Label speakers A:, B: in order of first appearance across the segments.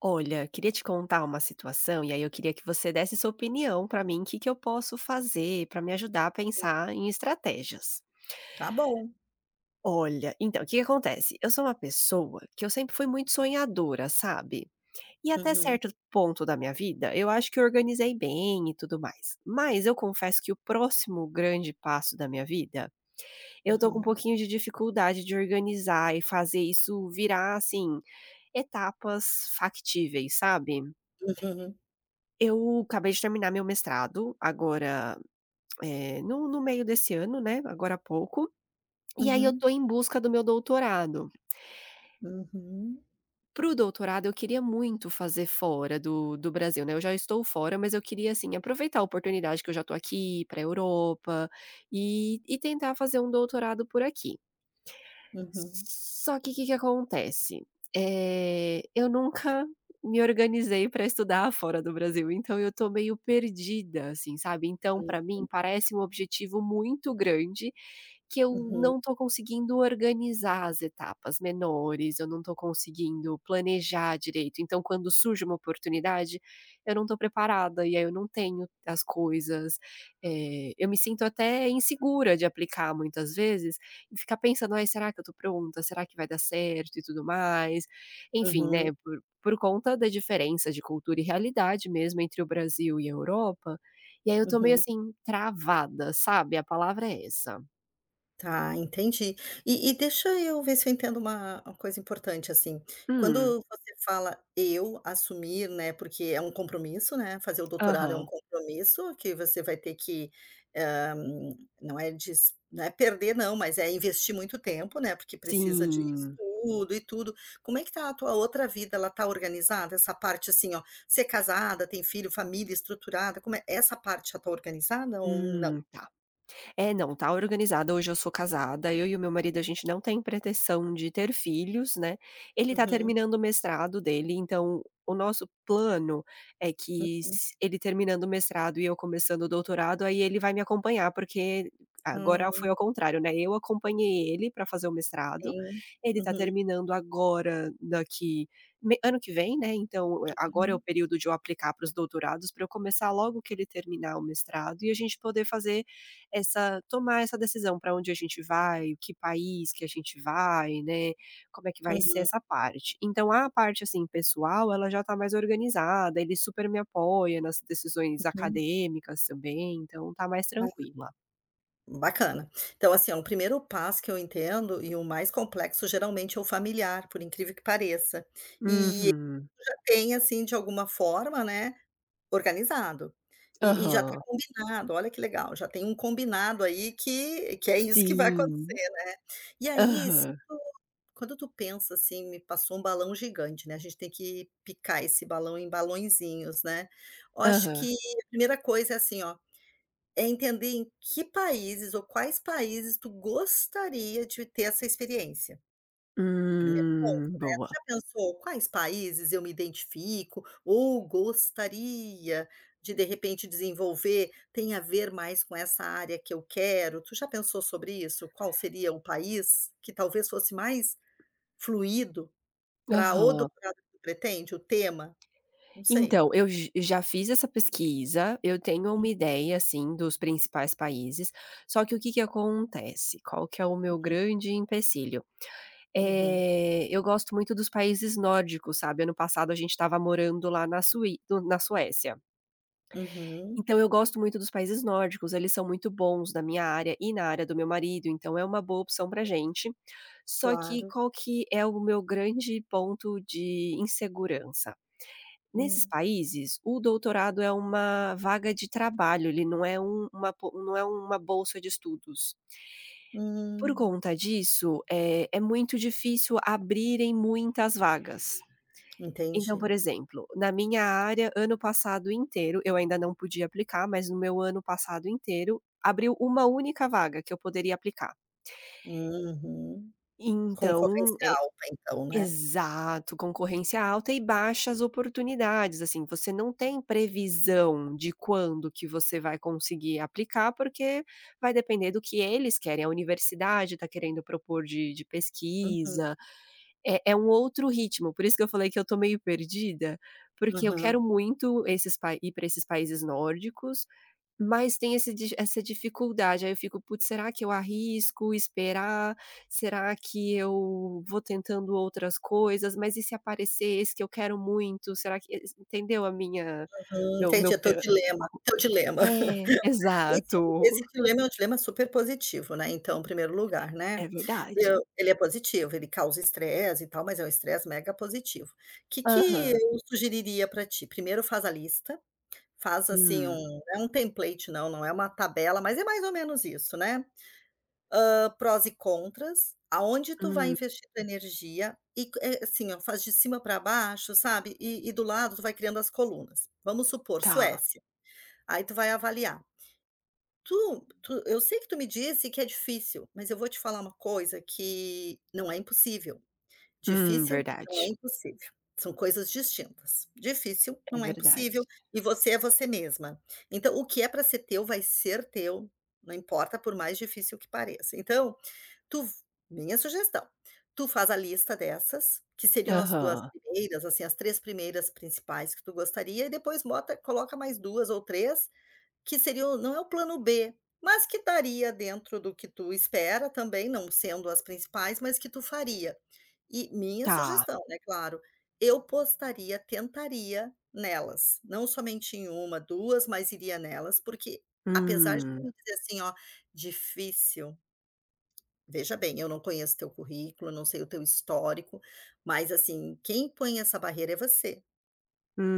A: Olha, queria te contar uma situação e aí eu queria que você desse sua opinião para mim, o que que eu posso fazer para me ajudar a pensar em estratégias.
B: Tá bom.
A: Olha, então, o que que acontece? Eu sou uma pessoa que eu sempre fui muito sonhadora, sabe? E até
B: Uhum,
A: certo ponto da minha vida, eu acho que eu organizei bem e tudo mais. Mas eu confesso que o próximo grande passo da minha vida, eu tô com um
B: uhum,
A: pouquinho de dificuldade de organizar e fazer isso virar, assim, etapas factíveis, sabe?
B: uhum,
A: Eu acabei de terminar meu mestrado agora, no meio desse ano, né, agora há pouco, e aí eu
B: uhum,
A: tô em busca do meu doutorado.
B: uhum,
A: Para o doutorado eu queria muito fazer fora do Brasil, né, eu já estou fora, mas eu queria, assim, aproveitar a oportunidade que eu já tô aqui, ir pra Europa, e tentar fazer um doutorado por aqui.
B: uhum,
A: Só que o que que acontece, eu nunca me organizei para estudar fora do Brasil, então eu tô meio perdida, assim, sabe. Então para
B: uhum,
A: mim parece um objetivo muito grande, que eu
B: uhum,
A: não tô conseguindo organizar as etapas menores, eu não tô conseguindo planejar direito. Então quando surge uma oportunidade, eu não tô preparada, e aí eu não tenho as coisas, eu me sinto até insegura de aplicar muitas vezes, e ficar pensando: "Ai, será que eu tô pronta? Será que vai dar certo e tudo mais?". Enfim,
B: uhum,
A: né, por conta da diferença de cultura e realidade mesmo entre o Brasil e a Europa. E aí eu tô meio,
B: uhum.
A: assim, travada, sabe, a palavra é essa.
B: Tá, entendi. E deixa eu ver se eu entendo uma coisa importante, assim,
A: Hum.
B: quando você fala "eu assumir", né, porque é um compromisso, né, fazer o doutorado é um
A: Aham.
B: compromisso que você vai ter que, hã, não é des não é perder não, mas é investir muito tempo, né, porque precisa de
A: Sim.
B: estudo e tudo. Como é que tá a tua outra vida, ela tá organizada? Essa parte, assim, ó, ser casada, tem filho, família estruturada, como é essa parte, já tá organizada ou não?
A: Tá. É, não, tá organizada. Hoje eu sou casada, eu e o meu marido, a gente não tem pretensão de ter filhos, né. Ele tá
B: Uhum.
A: terminando o mestrado dele, então o nosso plano é que s ele terminando o mestrado e eu começando o doutorado, aí ele vai me acompanhar, porque agora foi
B: Hum.
A: ao contrário, né, eu acompanhei ele pra fazer o mestrado,
B: Sim.
A: ele tá
B: Uhum,
A: terminando agora daqui me ano que vem, né, então é, agora é o
B: uhum.
A: período de eu aplicar para os doutorados, pra eu começar logo que ele terminar o mestrado e a gente poder fazer essa tomar essa decisão para onde a gente vai, que país que a gente vai, né, como é que vai ser
B: Uhum,
A: essa parte. Então a parte, assim, pessoal, ela já tá mais organizada, ele super me apoia nas decisões
B: uhum.
A: acadêmicas também, então tá mais
B: Ai,
A: tranquila.
B: bacana. Então, assim, ó, o primeiro passo que eu entendo, e o mais complexo, geralmente é o familiar, por incrível que pareça. E
A: Uhum.
B: ela tem, assim, de alguma forma, né, organizado. E já tá
A: Aham.
B: combinado, olha que legal, já tem um combinado aí que é isso que vai
A: Sim.
B: acontecer, né. E aí, se
A: Aham.
B: quando tu pensa, assim, me passou um balão gigante, né, a gente tem que picar esse balão em balõezinhos, né. Eu acho
A: Aham.
B: que a primeira coisa é assim, ó, é entender em que países ou quais países tu gostaria de ter essa experiência. Ponto, né. Tu
A: Boa.
B: já pensou quais países eu me identifico ou gostaria de repente, desenvolver, tem a ver mais com essa área que eu quero? Tu já pensou sobre isso? Qual seria o país que talvez fosse mais fluido para o
A: Aham.
B: doutorado que tu pretende, o tema? Não sei.
A: Então, eu j já fiz essa pesquisa, eu tenho uma ideia, assim, dos principais países, só que o que que acontece? Qual que é o meu
B: Uhum,
A: grande empecilho?
B: uhum,
A: Eu gosto muito dos países nórdicos, sabe, ano passado a gente estava morando lá na Sui no na Suécia.
B: uhum,
A: Então eu gosto muito dos países nórdicos, eles são muito bons na minha área e na área do meu marido, então é uma boa opção pra gente. Só que
B: claro.
A: qual que é o meu grande ponto de insegurança? Nesses
B: Hum,
A: países, o doutorado é uma vaga de trabalho, ele não é um uma po não é uma bolsa de estudos. Por
B: hum,
A: conta disso, é muito difícil abrirem muitas vagas. Então, por
B: entendi.
A: exemplo, na minha área, ano passado inteiro, eu ainda não podia aplicar, mas no meu ano passado inteiro, abriu uma única vaga que eu poderia aplicar.
B: Uhum. Concorrência
A: Então, eh
B: alta então, né.
A: Exato, concorrência alta e baixas oportunidades, assim, você não tem previsão de quando que você vai conseguir aplicar, porque vai depender do que eles querem, a universidade está querendo propor de
B: Uhum,
A: pesquisa, é um outro ritmo, por isso que eu falei que eu tô meio perdida, porque eu
B: aham,
A: quero muito esses pai ir para esses países nórdicos, mas tem esse di essa dificuldade, aí eu fico: "Putz, será que eu arrisco esperar? Será que eu vou tentando outras coisas? Mas e se aparecer esse que eu quero muito? Será que" entendeu a minha
B: uhum,
A: meu
B: entendi,
A: meu
B: é teu
A: pe
B: dilema, teu dilema.
A: é,
B: Esse
A: exato.
B: dilema é um dilema super positivo, né, então, em primeiro lugar, né.
A: É verdade.
B: Eu Ele é positivo, ele causa estresse e tal, mas é um estresse mega positivo. Que
A: Aham.
B: eu sugeriria pra ti? Primeiro faz a lista, faz assim um,
A: Hum,
B: não é um template não, não é uma tabela, mas é mais ou menos isso, né. Prós e contras, aonde tu vai
A: hum,
B: investir tua energia e co, eh, assim, ó, faz de cima para baixo, sabe, e do lado tu vai criando as colunas. Vamos supor,
A: tá.
B: Suécia, aí tu vai avaliar. Tu tu Eu sei que tu me disse que é difícil, mas eu vou te falar uma coisa que não é impossível. Difícil não é
A: Verdade.
B: impossível, são coisas distintas. Difícil
A: É
B: não é
A: verdade.
B: impossível, e você é você mesma. Então o que é para ser teu vai ser teu, não importa por mais difícil que pareça. Então, Tu minha sugestão, tu faz a lista dessas, que seriam as tuas
A: Aham.
B: primeiras, assim, as 3 primeiras principais que tu gostaria, e depois bota, coloca mais 2 ou 3 que seriam, não é o plano B, mas que estaria dentro do que tu espera também, não sendo as principais, mas que tu faria. E minha
A: Tá.
B: sugestão, né, claro, eu postaria, tentaria nelas, não somente em uma, duas, mas iria nelas, porque apesar de tu
A: Hum,
B: me dizer assim: "Ó, difícil". Veja bem, eu não conheço teu currículo, não sei o teu histórico, mas assim, quem põe essa barreira é você.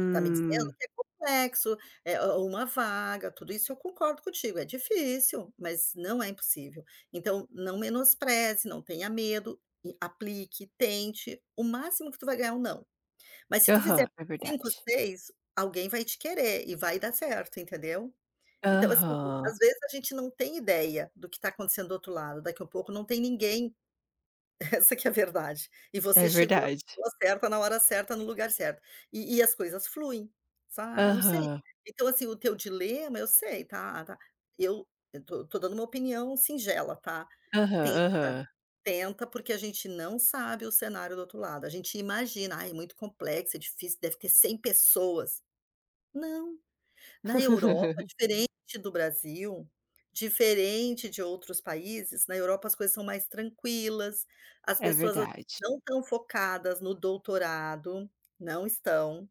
B: Tu tá me dizendo que é complexo, é uma vaga, tudo isso eu concordo contigo, é difícil, mas não é impossível. Então, não menospreze, não tenha medo, e aplique, tente, o máximo que tu vai ganhar é um não. Mas se tu fizer
A: Aham, é
B: cinco,
A: verdade.
B: seis, alguém vai te querer e vai dar certo, entendeu? Então, assim,
A: Aham,
B: às vezes a gente não tem ideia do que está acontecendo do outro lado. Daqui a pouco não tem ninguém, essa que é a verdade. E
A: é
B: você chegou à
A: verdade.
B: pessoa certa, na hora certa, no lugar certo. E as coisas fluem, sabe, não sei.
A: Aham,
B: Então, assim, o teu dilema eu sei, tá, tá, eu tô dando uma opinião singela, tá.
A: aham,
B: Tenta,
A: aham.
B: tenta, porque a gente não sabe o cenário do outro lado. A gente imagina: "Ai, é muito complexo, é difícil, deve ter 100 pessoas". Não. Na Europa, diferente do Brasil, diferente de outros países, na Europa as coisas são mais tranquilas, as
A: É
B: pessoas, assim,
A: verdade.
B: não estão focadas no doutorado, não estão.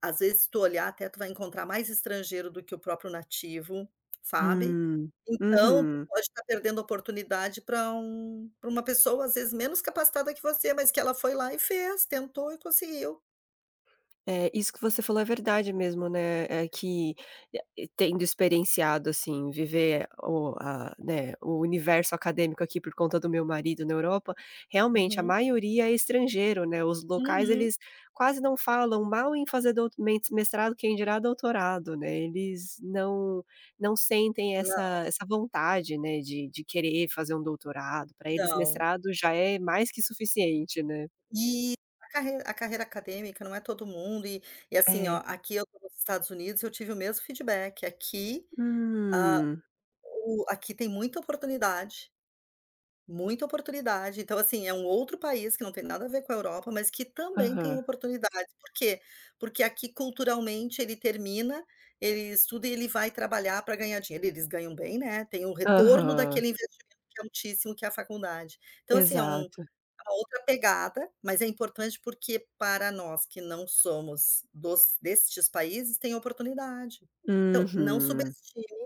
B: Às vezes, se tu olhar, até tu vai encontrar mais estrangeiro do que o próprio nativo, sabe.
A: Hum,
B: Então, tu
A: uhum.
B: pode estar perdendo oportunidade para um, para uma pessoa, às vezes, menos capacitada que você, mas que ela foi lá e fez, tentou e conseguiu.
A: É, isso que você falou é verdade mesmo, né, que, tendo experienciado, assim, viver o a né, o universo acadêmico aqui por conta do meu marido na Europa, realmente a
B: Uhum,
A: maioria é estrangeiro, né, os locais
B: uhum.
A: eles quase não falam mal em fazer douto mentes mestrado, quem dirá doutorado, né, eles não sentem
B: Não,
A: essa vontade, né, de querer fazer um doutorado, para eles
B: não.
A: mestrado já é mais que suficiente, né.
B: E a carreira acadêmica não é todo mundo, e assim, ó,
A: É.
B: aqui eu estou nos Estados Unidos, eu tive o mesmo feedback. Aqui, ah,
A: Hum.
B: o aqui tem muita oportunidade, muita oportunidade. Então, assim, é um outro país que não tem nada a ver com a Europa, mas que também tem
A: Aham.
B: oportunidade. Por quê? Porque aqui culturalmente ele termina, ele estuda e ele vai trabalhar para ganhar dinheiro. Eles ganham bem, né, tem o retorno
A: Aham,
B: daquele investimento que é altíssimo, que é a faculdade. Então, assim,
A: exato.
B: é uma outra pegada, mas é importante porque para nós, que não somos dos, destes países, tem oportunidade. Então, não
A: Uhum,
B: subestime,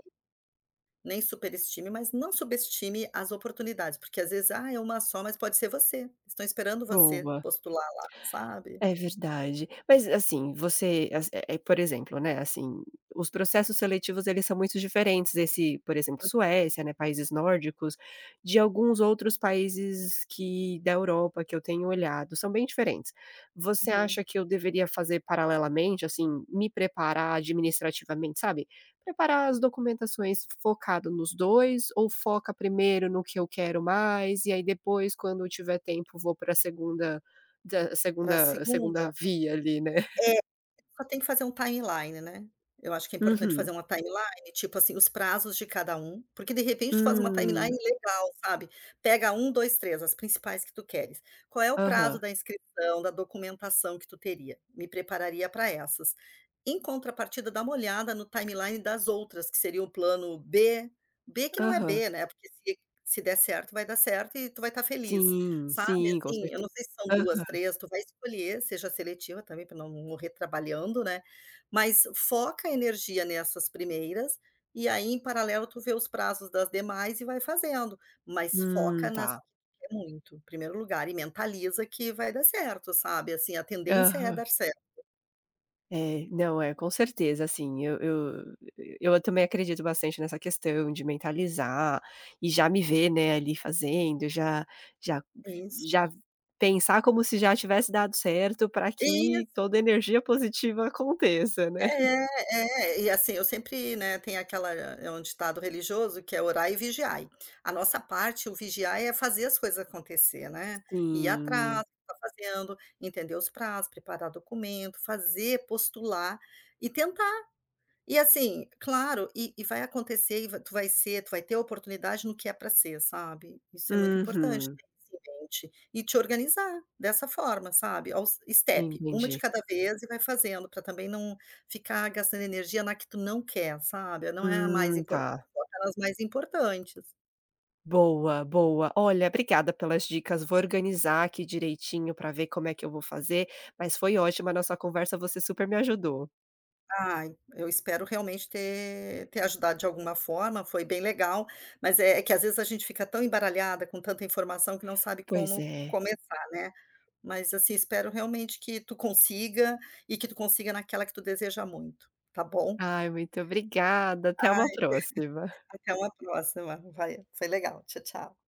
B: nem superestime, mas não subestime as oportunidades, porque às vezes, ah, é uma só, mas pode ser você. Estão esperando você
A: boa.
B: postular lá, sabe.
A: É verdade. Mas, assim, você por exemplo, né, assim, os processos seletivos, eles são muito diferentes, esse, por exemplo, Suécia, né, países nórdicos, de alguns outros países que da Europa que eu tenho olhado, são bem diferentes. Você
B: Uhum.
A: acha que eu deveria fazer paralelamente, assim, me preparar administrativamente, sabe, preparar as documentações focado nos 2 ou foca primeiro no que eu quero mais, e aí depois, quando eu tiver tempo, vou para a segunda da
B: Para a
A: segunda
B: segunda.
A: segunda via ali, né.
B: É. Só tem que fazer um timeline, né. Eu acho que é importante fazer
A: Uhum.
B: uma timeline, tipo assim, os prazos de cada um, porque de repente tu faz uma timeline
A: Hum.
B: legal, sabe. Pega um, 2, 3, as principais que tu queres. Qual é o prazo
A: Aham,
B: da inscrição, da documentação que tu teria? Me prepararia para essas. Em contrapartida, dá uma olhada no timeline das outras, que seria o plano B, B que não é
A: aham.
B: B, né, porque se der certo, vai dar certo e tu vai estar feliz.
A: Sim,
B: Sabe,
A: sim, com
B: assim, eu não
A: certeza.
B: sei se são duas,
A: Aham.
B: 3 tu vai escolher, seja seletiva também para não morrer trabalhando, né, mas foca a energia nessas primeiras, e aí em paralelo tu vê os prazos das demais e vai fazendo, mas foca
A: Tá.
B: nas que tu quer muito, em primeiro lugar, e mentaliza que vai dar certo, sabe, assim, a tendência é
A: Aham.
B: dar certo.
A: É, não, é, com certeza, assim, eu eu também acredito bastante nessa questão de mentalizar e já me ver, né, ali fazendo, já
B: Isso.
A: já pensar como se já tivesse dado certo pra que toda energia positiva aconteça, né.
B: É, é, e assim, eu sempre, né, tem aquela, é um ditado religioso que é orar e vigiai. A nossa parte, o vigiar é fazer as coisas acontecer, né, ir atrás,
A: Sim.
B: tá fazendo, entender os prazos, preparar documento, fazer, postular e tentar, e assim, claro, e vai acontecer e vai, tu vai ser, tu vai ter a oportunidade no que é para ser, sabe. Isso é muito importante,
A: Uhum.
B: ter isso em mente e te organizar dessa forma, sabe, aos step, uma de
A: Entendi.
B: cada vez e vai fazendo, para também não ficar gastando energia na que tu não quer, sabe. Não é a mais
A: Tá.
B: importante, foca nas mais importantes.
A: Boa, boa. Olha, obrigada pelas dicas. Vou organizar aqui direitinho para ver como é que eu vou fazer, mas foi ótima a nossa conversa, você super me ajudou.
B: Ai, eu espero realmente ter ajudado de alguma forma, foi bem legal, mas é que às vezes a gente fica tão embaralhada com tanta informação que não sabe
A: Pois
B: como
A: é.
B: começar, né. Mas, assim, espero realmente que tu consiga e que tu consiga naquela que tu deseja muito, tá bom?
A: Ai, muito obrigada. Até uma
B: Ai,
A: próxima.
B: até uma próxima. Vai, foi legal. Tchau, tchau.